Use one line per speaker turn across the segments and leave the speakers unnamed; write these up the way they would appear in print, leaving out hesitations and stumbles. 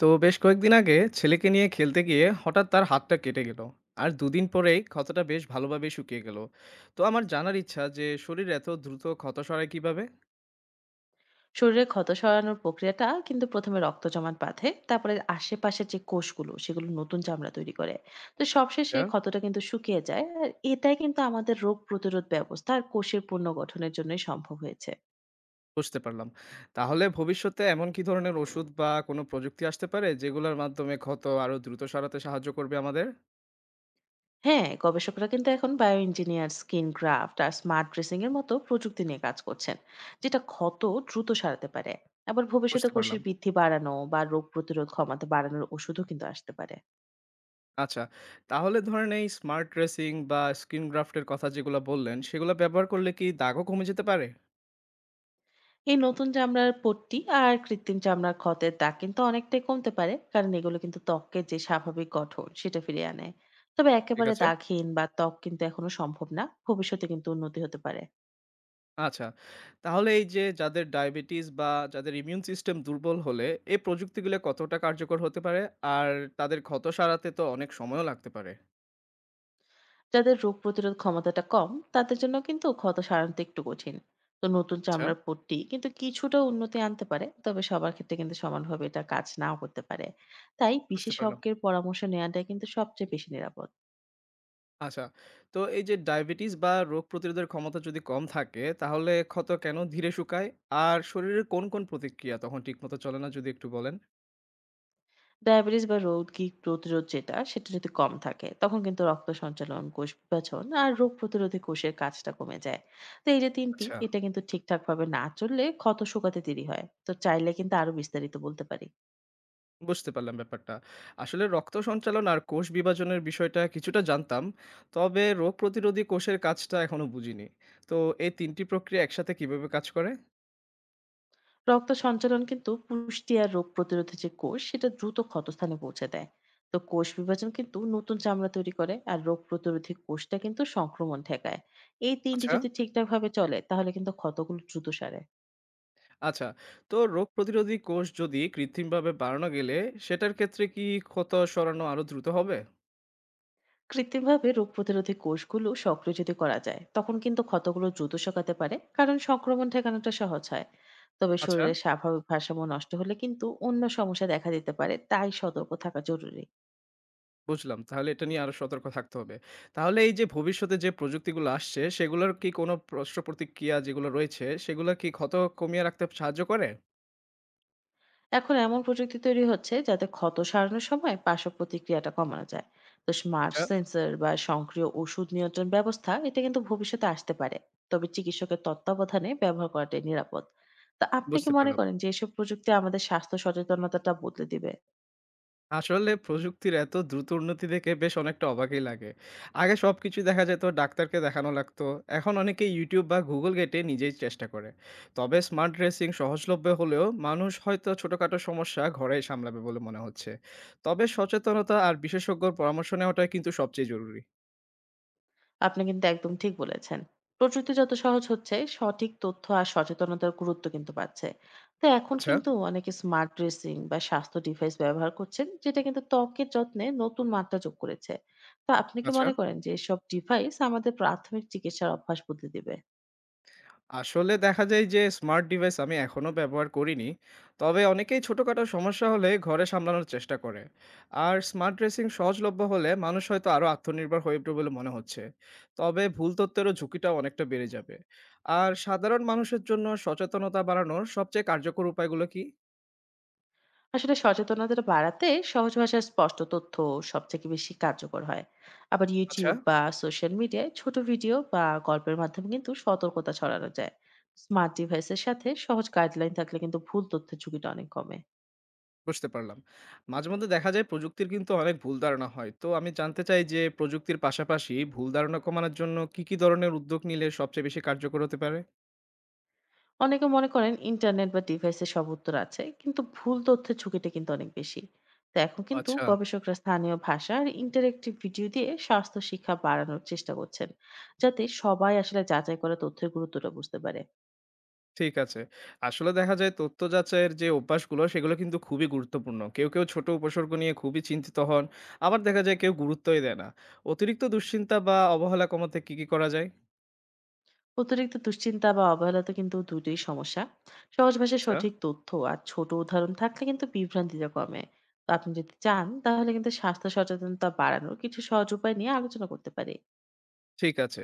তো বেশ কয়েকদিন আগে ছেলেকে নিয়ে খেলতে গিয়ে হঠাৎ তার হাতটা কেটে গেল। আর দুদিন পরেই ক্ষতটা বেশ ভালোভাবে শুকিয়ে গেল। তো আমার জানার ইচ্ছা যে শরীর এত দ্রুত ক্ষত সারায় কিভাবে।
শরীরে ক্ষত সরানোর প্রক্রিয়াটা কিন্তু প্রথমে রক্ত জমাট বাঁধে, তারপরে আশেপাশের যে কোষগুলো সেগুলো নতুন চামড়া তৈরি করে। তো সবশেষে
আচ্ছা,
ক্ষতটা কিন্তু শুকিয়ে যায়, আর এটাই কিন্তু আমাদের রোগ প্রতিরোধ ব্যবস্থা আর কোষের পুনর্গঠনের জন্যই সম্ভব হয়েছে।
বুঝতে পারলাম। তাহলে ভবিষ্যতে এমন কি ধরনের ওষুধ বা কোনো প্রযুক্তি আসতে পারে যেগুলোর মাধ্যমে ক্ষত আরো দ্রুত সারাতে সাহায্য করবে আমাদের?
হ্যাঁ, গবেষকরা কিন্তু এখন বায়ো ইঞ্জিনিয়ার স্কিন গ্রাফট আর স্মার্ট ড্রেসিং এর মতো প্রযুক্তি নিয়ে কাজ করছেন, যেটা ক্ষত দ্রুত সারাতে পারে। আবার ভবিষ্যতে
বুঝতে
কোষের
পারলাম।
বৃদ্ধি বাড়ানো বা রোগ প্রতিরোধ ক্ষমতা বাড়ানোর ওষুধও কিন্তু আসতে পারে।
আচ্ছা, তাহলে ধরেন এই স্মার্ট ড্রেসিং বা স্কিন গ্রাফটের কথা যেগুলো বললেন, সেগুলো ব্যবহার করলে কি দাগও কমে যেতে পারে?
এই নতুন চামড়ার পট্টি আর কৃত্রিম চামড়ার ক্ষতের দাগ কিন্তু অনেকটাই কমতে পারে, কারণ এগুলো কিন্তু ত্বকের যে স্বাভাবিক গঠন সেটা ফিরিয়ে আনে। তবে
ঠিক
একেবারে
আছে।
দাগহীন বা ত্বক কিন্তু এখনো সম্ভব না, ভবিষ্যতে কিন্তু উন্নতি হতে পারে।
আচ্ছা। তাহলে এই যে যাদের ডায়াবেটিস বা যাদের ইমিউন সিস্টেম দুর্বল হলে এই প্রযুক্তিগুলো কতটা কার্যকর হতে পারে? আর তাদের ক্ষত সারাতে তো অনেক সময়ও লাগতে পারে।
যাদের রোগ প্রতিরোধ ক্ষমতাটা কম, তাদের জন্য কিন্তু ক্ষত সারানোটা একটু কঠিন। তো নতুন
আচ্ছা,
চামড়ার পট্টি কিন্তু কিছুটা উন্নতি আনতে পারে, তবে সবার ক্ষেত্রে কিন্তু সমানভাবে এটা কাজ নাও করতে পারে। তাই
বুঝতে পারলাম।
বিশেষজ্ঞের পরামর্শ নেওয়াটাই কিন্তু সবচেয়ে বেশি নিরাপদ।
আচ্ছা। তো এই যে ডায়াবেটিস বা রোগ প্রতিরোধের ক্ষমতা যদি কম থাকে তাহলে ক্ষত কেন ধীরে শুকায়? আর শরীরের কোন প্রতিক্রিয়া তখন ঠিকমতো চলে না, যদি একটু বলেন?
ডায়াবেটিস বা রোগীর প্রতিরোধ যেটা, সেটা যদি কম থাকে তখন কিন্তু রক্ত সঞ্চালন, কোষ বিভাজন আর রোগ প্রতিরোধী কোষের কাজটা কমে যায়। তো এই যে তিনটি,
আচ্ছা।
এটা কিন্তু ঠিকঠাক ভাবে না চললে ক্ষত শুকাতে দেরি হয়। তো চাইলে কিন্তু আরো বিস্তারিত বলতে পারি।
বুঝতে পারলাম ব্যাপারটা। আসলে রক্ত সঞ্চালন আর কোষ বিভাজনের বিষয়টা কিছুটা জানতাম। তবে রোগ প্রতিরোধী কোষের কাজটা এখনো বুঝিনি। তো এই ৩ টি প্রক্রিয়া একসাথে কিভাবে কাজ করে?
রক্ত সঞ্চালন কিন্তু পুষ্টি আর রোগ প্রতিরোধী যে কোষ সেটা দ্রুত ক্ষতস্থানে পৌঁছে দেয়। তো কোষ বিভাজন কিন্তু নতুন চামড়া তৈরি করে, আর রোগ প্রতিরোধী কোষটা কিন্তু সংক্রমণ ঠেকায়। এই তিনটি
আচ্ছা।
যদি ঠিকঠাক ভাবে চলে, তাহলে কিন্তু ক্ষতগুলো দ্রুত সারে।
আচ্ছা, তো রোগ প্রতিরোধী কোষ যদি কৃত্রিমভাবে বাড়ানো গেলে সেটার ক্ষেত্রে কি ক্ষত সরানো আরো দ্রুত হবে?
কৃত্রিমভাবে রোগ প্রতিরোধী কোষগুলো সক্রিয় যদি করা যায়, তখন কিন্তু ক্ষতগুলো দ্রুত শকাতে পারে, কারণ সংক্রমণ ঠেকানোটা সহজ হয়। তবে
আচ্ছা,
শরীরের স্বাভাবিক ভারসাম্য নষ্ট হলে কিন্তু অন্য সমস্যা দেখা দিতে পারে, তাই সতর্ক থাকা জরুরি।
বুঝলাম। তাহলে এটা নিয়ে আরো সতর্ক থাকতে হবে। তাহলে এই যে ভবিষ্যতে যে প্রযুক্তিগুলো আসছে সেগুলোর কি কোনো প্রশ্ন প্রতিক্রিয়া যেগুলো রয়েছে সেগুলো কি ক্ষত কমিয়ে রাখতে সাহায্য করে?
এখন এমন প্রযুক্তি তৈরি হচ্ছে, যাতে ক্ষত সারানোর সময় পার্শ্ব প্রতিক্রিয়াটা কমানো যায়। তো স্মার্ট
আচ্ছা।
সেন্সর বা সক্রিয় ওষুধ নিয়ন্ত্রণ ব্যবস্থা, এটা কিন্তু ভবিষ্যতে আসতে পারে। তবে চিকিৎসকের তত্ত্বাবধানে ব্যবহার করাটাই নিরাপদ। তা আপনি কি
বুঝতে
মনে
পারলাম।
করেন যে এসব প্রযুক্তি আমাদের স্বাস্থ্য সচেতনতাটা বদলে দিবে?
আসলে প্রযুক্তির এত দ্রুত উন্নতি দেখে বেশ অনেকটা অবাকই লাগে। আগে সবকিছু দেখা যেত, ডাক্তারকে দেখানো লাগতো। এখন অনেকে YouTube বা Google ঘেঁটে নিজেই চেষ্টা করে। তবে স্মার্ট ড্রেসিং সহজলভ্য হলেও মানুষ হয়তো ছোটখাটো সমস্যা ঘরেই সামলাবে বলে মনে হচ্ছে। তবে সচেতনতা আর বিশেষজ্ঞর পরামর্শ নেওয়াটাই কিন্তু সবচেয়ে জরুরি।
আপনি কিন্তু একদম ঠিক বলেছেন। প্রযুক্তি যত সহজ হচ্ছে, সঠিক তথ্য আর সচেতনতার গুরুত্ব কিন্তু বাড়ছে। তো এখন
আচ্ছা।
কিন্তু অনেকে স্মার্ট ড্রেসিং বা স্বাস্থ্য ডিভাইস ব্যবহার করছেন, যেটা কিন্তু ত্বকের যত্নে নতুন মাত্রা যোগ করেছে। তো আপনি কি
আচ্ছা।
মনে করেন যে এসব ডিভাইস আমাদের প্রাথমিক চিকিৎসার অভ্যাস বদলে দিবে?
আসলে দেখা যায় যে স্মার্ট ডিভাইস আমি এখনো ব্যবহার করিনি। তবে অনেকেই ছোটখাটো সমস্যা হলে ঘরে সামলানোর চেষ্টা করে। আর স্মার্ট ড্রেসিং সহজলভ্য হলে মানুষ হয়তো আরো আত্মনির্ভর হয়ে উঠবে বলে মনে হচ্ছে। তবে ভুল তথ্যেরও ঝুঁকিটা অনেকটা বেড়ে যাবে। আর সাধারণ মানুষের জন্য সচেতনতা বাড়ানোর সবচেয়ে কার্যকর উপায়গুলো কি?
আসলে সচেতনতা বাড়াতে সহজ ভাষায় স্পষ্ট তথ্য সবথেকে বেশি কার্যকর হয়। আবার
আচ্ছা,
ইউটিউব বা সোশ্যাল মিডিয়ায় ছোট ভিডিও বা গল্পের মাধ্যমে কিন্তু সতর্কতা ছড়ানো যায়। স্মার্ট ডিভাইসের সাথে সহজ গাইডলাইন থাকলে কিন্তু ভুল তথ্যের ঝুঁকিটা অনেক কমে।
বুঝতে পারলাম। মাঝে মধ্যে দেখা যায় প্রযুক্তির কিন্তু অনেক ভুল ধারণা হয়। তো আমি জানতে চাই যে প্রযুক্তির পাশাপাশি ভুল ধারণা কমানোর জন্য কি কি ধরনের উদ্যোগ নিলে সবচেয়ে বেশি কার্যকর হতে পারে?
অনেকে মনে করেন ইন্টারনেট বা ডিভাইসে সব উত্তর আছে, কিন্তু ভুল তথ্যের ঝুঁকিটা কিন্তু অনেক বেশি। তো এখন কিন্তু
আচ্ছা।
গবেষকরা স্থানীয় ভাষা আর ইন্টারেক্টিভ ভিডিও দিয়ে স্বাস্থ্য শিক্ষা বাড়ানোর চেষ্টা করছেন, যাতে সবাই আসলে যাচাই করা তথ্যের গুরুত্বটা বুঝতে পারে।
ঠিক আছে। আসলে দেখা যায় তথ্য যাচাইয়ের যে অভ্যাসগুলো সেগুলো কিন্তু খুবই গুরুত্বপূর্ণ। কেউ ছোট উপসর্গ নিয়ে খুবই চিন্তিত হন। আবার দেখা যায় কেউ গুরুত্বই দেয় না। অতিরিক্ত দুশ্চিন্তা বা অবহেলা কমাতে কি করা যায়?
অতিরিক্ত দুশ্চিন্তা বা অবহেলা তো কিন্তু দুটোই সমস্যা। সহজ ভাষায়
আচ্ছা,
সঠিক তথ্য আর ছোট উদাহরণ থাকলে কিন্তু বিভ্রান্তিটা কমে। তো আপনি যদি চান তাহলে কিন্তু স্বাস্থ্য সচেতনতা বাড়ানোর কিছু সহজ উপায় নিয়ে আলোচনা করতে পারি।
ঠিক আছে।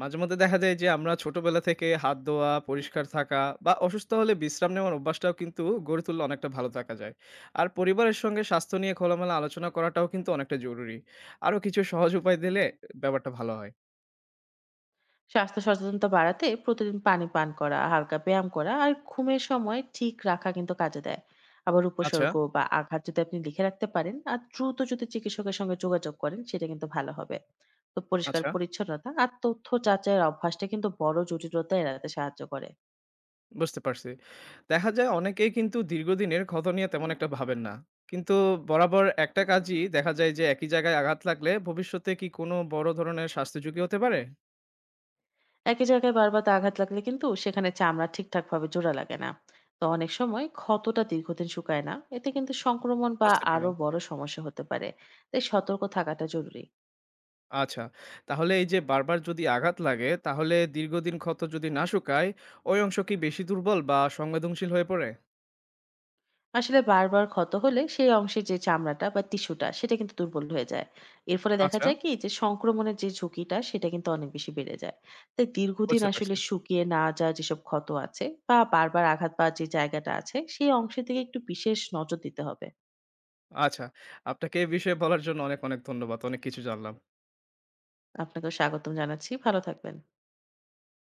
মাঝে মধ্যে দেখা যায় যে আমরা ছোটবেলা থেকে হাত ধোয়া, পরিষ্কার থাকা বা অসুস্থ হলে বিশ্রাম নেওয়ার অভ্যাসটাও কিন্তু গড়ে তুললে অনেকটা ভালো থাকা যায়। আর পরিবারের সঙ্গে স্বাস্থ্য নিয়ে খোলামেলা আলোচনা করাটাও কিন্তু অনেকটা জরুরি। আরো কিছু সহজ উপায় দিলে ব্যাপারটা ভালো হয়।
স্বাস্থ্য সচেতনতা বাড়াতে প্রতিদিন পানি পান করা, হালকা ব্যায়াম করা আর ঘুমের সময় ঠিক রাখা কিন্তু কাজে দেয়। আবার
আচ্ছা।
উপসর্গ বা আঘাত যদি আপনি লিখে রাখতে পারেন আর দ্রুত যদি চিকিৎসকের সঙ্গে যোগাযোগ করেন, সেটা কিন্তু ভালো হবে। তো পরিষ্কার
আচ্ছা,
পরিচ্ছন্নতা আর তথ্য যাচাইয়ের অভ্যাসটা কিন্তু বড় জটিলতা এড়াতে সাহায্য করে।
বুঝতে পারছি। দেখা যায় অনেকেই কিন্তু দীর্ঘদিনের ক্ষত নিয়ে তেমন একটা ভাবেন না। কিন্তু বরাবর একটা কাজই দেখা যায় যে একই জায়গায় আঘাত লাগলে ভবিষ্যতে কি কোনো বড় ধরনের স্বাস্থ্য ঝুঁকি হতে পারে?
একই জায়গায় বারবার আঘাত লাগলে কিন্তু সেখানে চামড়া ঠিকঠাকভাবে জোড়া লাগে না। তো অনেক সময় ক্ষতটা দীর্ঘদিন শুকায় না, এতে কিন্তু সংক্রমণ বা
বুঝতে
আরো
পারলাম।
বড় সমস্যা হতে পারে। তাই সতর্ক থাকাটা জরুরি।
আচ্ছা। তাহলে এই যে বারবার যদি আঘাত লাগে, তাহলে দীর্ঘদিন ক্ষত যদি না শুকায়, ওই অংশ কি বেশি দুর্বল বা সংবেদনশীল হয়ে পড়ে?
আসলে বারবার ক্ষত হলে সেই অংশে যে চামড়াটা বা টিস্যুটা সেটা কিন্তু দুর্বল হয়ে যায়। এর ফলে দেখা
আচ্ছা,
যায় কি যে সংক্রমণের যে ঝুঁকিটা সেটা কিন্তু অনেক বেশি বেড়ে যায়। তাই দীর্ঘদিন
বুঝতে
আসলে
পারছি।
শুকিয়ে না যাওয়া যেসব ক্ষত আছে বা বারবার আঘাত পাওয়ার যে জায়গাটা আছে, সেই অংশের দিকে একটু বিশেষ নজর দিতে হবে।
আচ্ছা, আপনাকে এই বিষয়ে বলার জন্য অনেক ধন্যবাদ। অনেক কিছু জানলাম।
আপনাকেও স্বাগতম জানাচ্ছি, ভালো থাকবেন।